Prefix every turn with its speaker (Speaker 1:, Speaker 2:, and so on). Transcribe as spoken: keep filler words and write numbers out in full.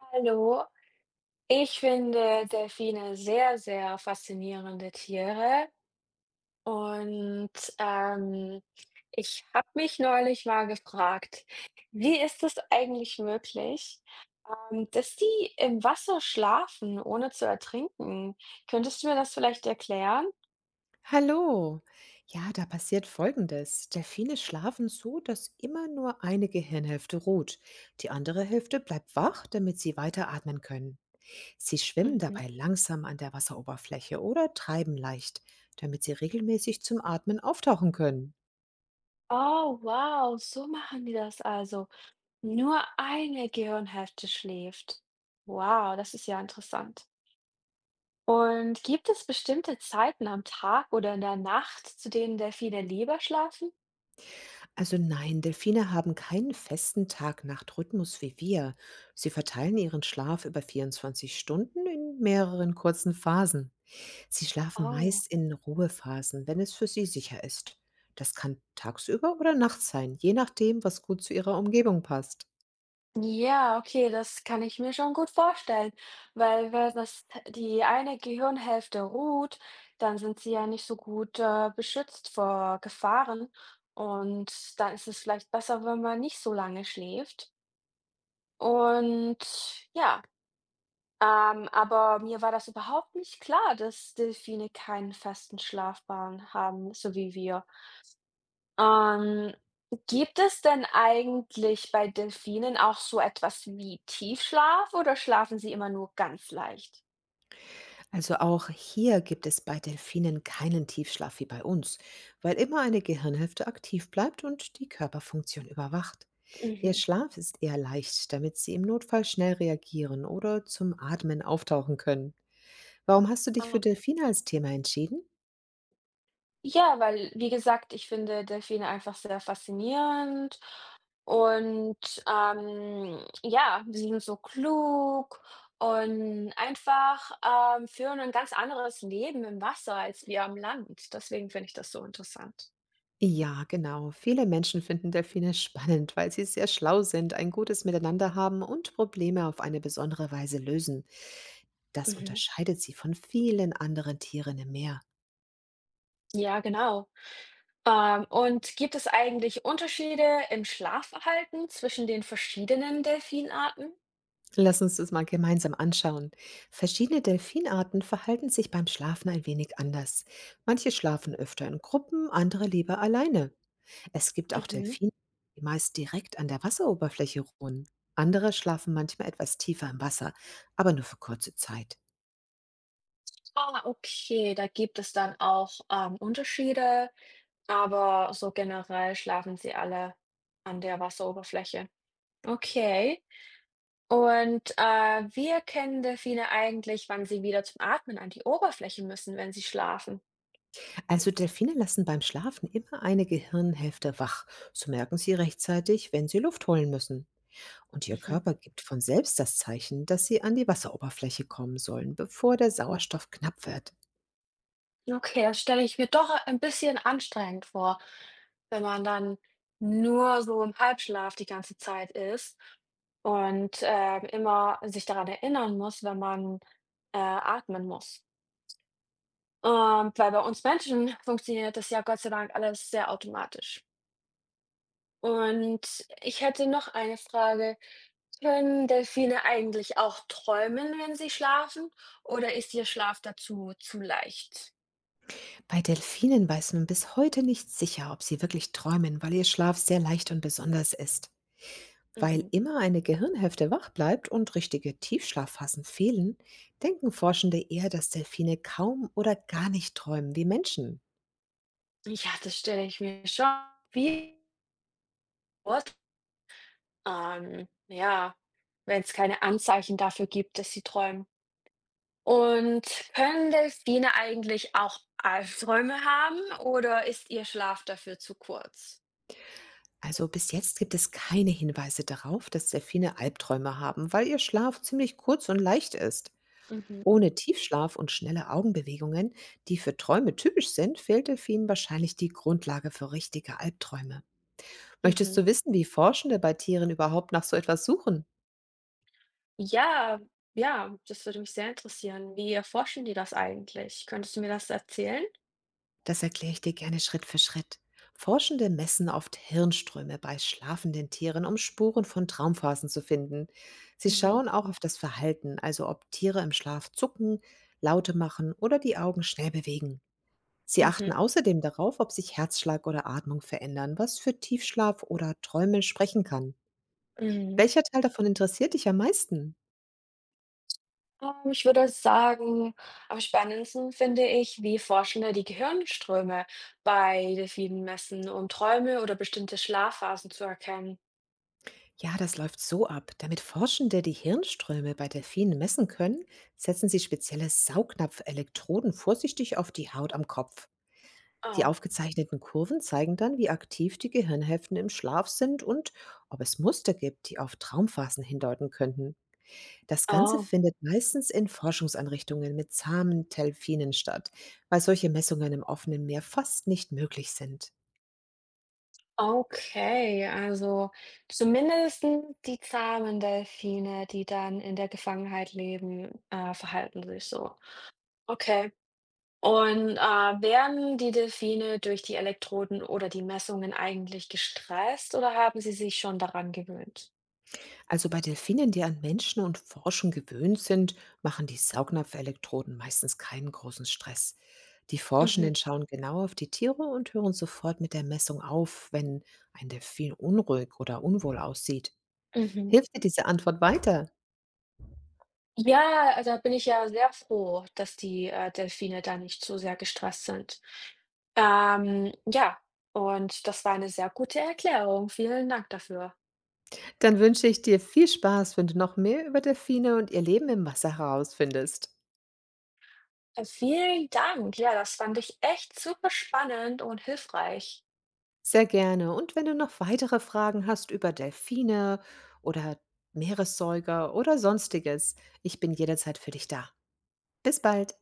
Speaker 1: Hallo. Ich finde Delfine sehr, sehr faszinierende Tiere und, ähm, ich habe mich neulich mal gefragt: Wie ist es eigentlich möglich, ähm, dass die im Wasser schlafen, ohne zu ertrinken? Könntest du mir das vielleicht erklären?
Speaker 2: Hallo. Ja, da passiert Folgendes. Delfine schlafen so, dass immer nur eine Gehirnhälfte ruht. Die andere Hälfte bleibt wach, damit sie weiter atmen können. Sie schwimmen
Speaker 1: Mhm.
Speaker 2: dabei langsam an der Wasseroberfläche oder treiben leicht, damit sie regelmäßig zum Atmen auftauchen können.
Speaker 1: Oh, wow, so machen die das also. Nur eine Gehirnhälfte schläft. Wow, das ist ja interessant. Und gibt es bestimmte Zeiten am Tag oder in der Nacht, zu denen Delfine lieber schlafen?
Speaker 2: Also nein, Delfine haben keinen festen Tag-Nacht-Rhythmus wie wir. Sie verteilen ihren Schlaf über vierundzwanzig Stunden in mehreren kurzen Phasen. Sie schlafen
Speaker 1: Oh.
Speaker 2: meist in Ruhephasen, wenn es für sie sicher ist. Das kann tagsüber oder nachts sein, je nachdem, was gut zu ihrer Umgebung passt.
Speaker 1: Ja, okay, das kann ich mir schon gut vorstellen, weil wenn das die eine Gehirnhälfte ruht, dann sind sie ja nicht so gut äh, beschützt vor Gefahren, und dann ist es vielleicht besser, wenn man nicht so lange schläft. Und ja, ähm, aber mir war das überhaupt nicht klar, dass Delfine keinen festen Schlafplan haben, so wie wir. Ähm, Gibt es denn eigentlich bei Delfinen auch so etwas wie Tiefschlaf, oder schlafen sie immer nur ganz leicht?
Speaker 2: Also auch hier gibt es bei Delfinen keinen Tiefschlaf wie bei uns, weil immer eine Gehirnhälfte aktiv bleibt und die Körperfunktion überwacht. Ihr
Speaker 1: Mhm.
Speaker 2: Schlaf ist eher leicht, damit sie im Notfall schnell reagieren oder zum Atmen auftauchen können. Warum hast du dich für
Speaker 1: Ah,
Speaker 2: Delfine als Thema entschieden?
Speaker 1: ja, weil, wie gesagt, ich finde Delfine einfach sehr faszinierend und, ähm, ja, sie sind so klug und einfach, ähm, führen ein ganz anderes Leben im Wasser als wir am Land. Deswegen finde ich das so interessant.
Speaker 2: Ja, genau. Viele Menschen finden Delfine spannend, weil sie sehr schlau sind, ein gutes Miteinander haben und Probleme auf eine besondere Weise lösen. Das
Speaker 1: Mhm.
Speaker 2: unterscheidet sie von vielen anderen Tieren im Meer.
Speaker 1: Ja, genau. Ähm, und gibt es eigentlich Unterschiede im Schlafverhalten zwischen den verschiedenen Delfinarten?
Speaker 2: Lass uns das mal gemeinsam anschauen. Verschiedene Delfinarten verhalten sich beim Schlafen ein wenig anders. Manche schlafen öfter in Gruppen, andere lieber alleine. Es gibt auch
Speaker 1: Mhm.
Speaker 2: Delfine, die meist direkt an der Wasseroberfläche ruhen. Andere schlafen manchmal etwas tiefer im Wasser, aber nur für kurze Zeit.
Speaker 1: Ah, okay, da gibt es dann auch ähm, Unterschiede, aber so generell schlafen sie alle an der Wasseroberfläche. Okay. Und äh, wie erkennen Delfine eigentlich, wann sie wieder zum Atmen an die Oberfläche müssen, wenn sie schlafen?
Speaker 2: Also Delfine lassen beim Schlafen immer eine Gehirnhälfte wach. So merken sie rechtzeitig, wenn sie Luft holen müssen. Und ihr
Speaker 1: Mhm.
Speaker 2: Körper gibt von selbst das Zeichen, dass sie an die Wasseroberfläche kommen sollen, bevor der Sauerstoff knapp wird.
Speaker 1: Okay, das stelle ich mir doch ein bisschen anstrengend vor, wenn man dann nur so im Halbschlaf die ganze Zeit ist und, ähm, immer sich daran erinnern muss, wenn man, äh, atmen muss. Ähm, weil bei uns Menschen funktioniert das ja Gott sei Dank alles sehr automatisch. Und ich hätte noch eine Frage. Können Delfine eigentlich auch träumen, wenn sie schlafen, oder ist ihr Schlaf dazu zu leicht?
Speaker 2: Bei Delfinen weiß man bis heute nicht sicher, ob sie wirklich träumen, weil ihr Schlaf sehr leicht und besonders ist. Weil
Speaker 1: Mhm.
Speaker 2: immer eine Gehirnhälfte wach bleibt und richtige Tiefschlafphasen fehlen, denken Forschende eher, dass Delfine kaum oder gar nicht träumen wie Menschen.
Speaker 1: Ja, das stelle ich mir schon wie Geburt an. Ja, wenn's keine Anzeichen dafür gibt, dass sie träumen. Und können Delfine eigentlich auch Albträume haben, oder ist ihr Schlaf dafür zu kurz?
Speaker 2: Also bis jetzt gibt es keine Hinweise darauf, dass Delfine Albträume haben, weil ihr Schlaf ziemlich kurz und leicht ist.
Speaker 1: Mhm,
Speaker 2: Ohne Tiefschlaf und schnelle Augenbewegungen, die für Träume typisch sind, fehlt Delfinen wahrscheinlich die Grundlage für richtige Albträume. Möchtest
Speaker 1: mhm.
Speaker 2: du wissen, wie Forschende bei Tieren überhaupt nach so etwas suchen?
Speaker 1: Ja, ja, das würde mich sehr interessieren. Wie erforschen die das eigentlich? Könntest du mir das erzählen?
Speaker 2: Das erkläre ich dir gerne Schritt für Schritt. Forschende messen oft Hirnströme bei schlafenden Tieren, um Spuren von Traumphasen zu finden. Sie
Speaker 1: Mhm,
Speaker 2: schauen auch auf das Verhalten, also ob Tiere im Schlaf zucken, Laute machen oder die Augen schnell bewegen. Sie achten
Speaker 1: mhm,
Speaker 2: außerdem darauf, ob sich Herzschlag oder Atmung verändern, was für Tiefschlaf oder Träume sprechen kann.
Speaker 1: mhm.
Speaker 2: Welcher Teil davon interessiert dich am meisten?
Speaker 1: Ähm, ich würde sagen, am spannendsten finde ich, wie Forschende die Gehirnströme bei Delfinen messen, um Träume oder bestimmte Schlafphasen zu erkennen.
Speaker 2: Ja, das läuft so ab. Damit Forschende die Hirnströme bei Delfinen messen können, setzen sie spezielle Saugnapfelektroden vorsichtig auf die Haut am Kopf. Die
Speaker 1: Oh,
Speaker 2: aufgezeichneten Kurven zeigen dann, wie aktiv die Gehirnhälften im Schlaf sind und ob es Muster gibt, die auf Traumphasen hindeuten könnten. Das Ganze
Speaker 1: oh,
Speaker 2: findet meistens in Forschungseinrichtungen mit zahmen Delfinen statt, weil solche Messungen im offenen Meer fast nicht möglich sind.
Speaker 1: okay. Also zumindest die zahmen Delfine, die dann in der Gefangenheit leben, äh, verhalten sich so. Okay. Und äh, werden die Delfine durch die Elektroden oder die Messungen eigentlich gestresst, oder haben sie sich schon daran gewöhnt?
Speaker 2: Also bei Delfinen, die an Menschen und Forschung gewöhnt sind, machen die Saugnapfelektroden meistens keinen großen Stress. Die
Speaker 1: Mhm,
Speaker 2: Forschenden schauen genau auf die Tiere und hören sofort mit der Messung auf, wenn ein Delfin unruhig oder unwohl aussieht.
Speaker 1: mhm.
Speaker 2: Hilft dir diese Antwort weiter?
Speaker 1: Ja, also da bin ich ja sehr froh, dass die, äh, Delfine da nicht so sehr gestresst sind. Ähm, ja, und das war eine sehr gute Erklärung. Vielen Dank dafür.
Speaker 2: Dann wünsche ich dir viel Spaß, wenn du noch mehr über Delfine und ihr Leben im Wasser herausfindest.
Speaker 1: Äh, vielen Dank. Ja, das fand ich echt super spannend und hilfreich.
Speaker 2: Sehr gerne. Und wenn du noch weitere Fragen hast über Delfine oder Meeressäuger oder sonstiges, ich bin jederzeit für dich da. Bis bald.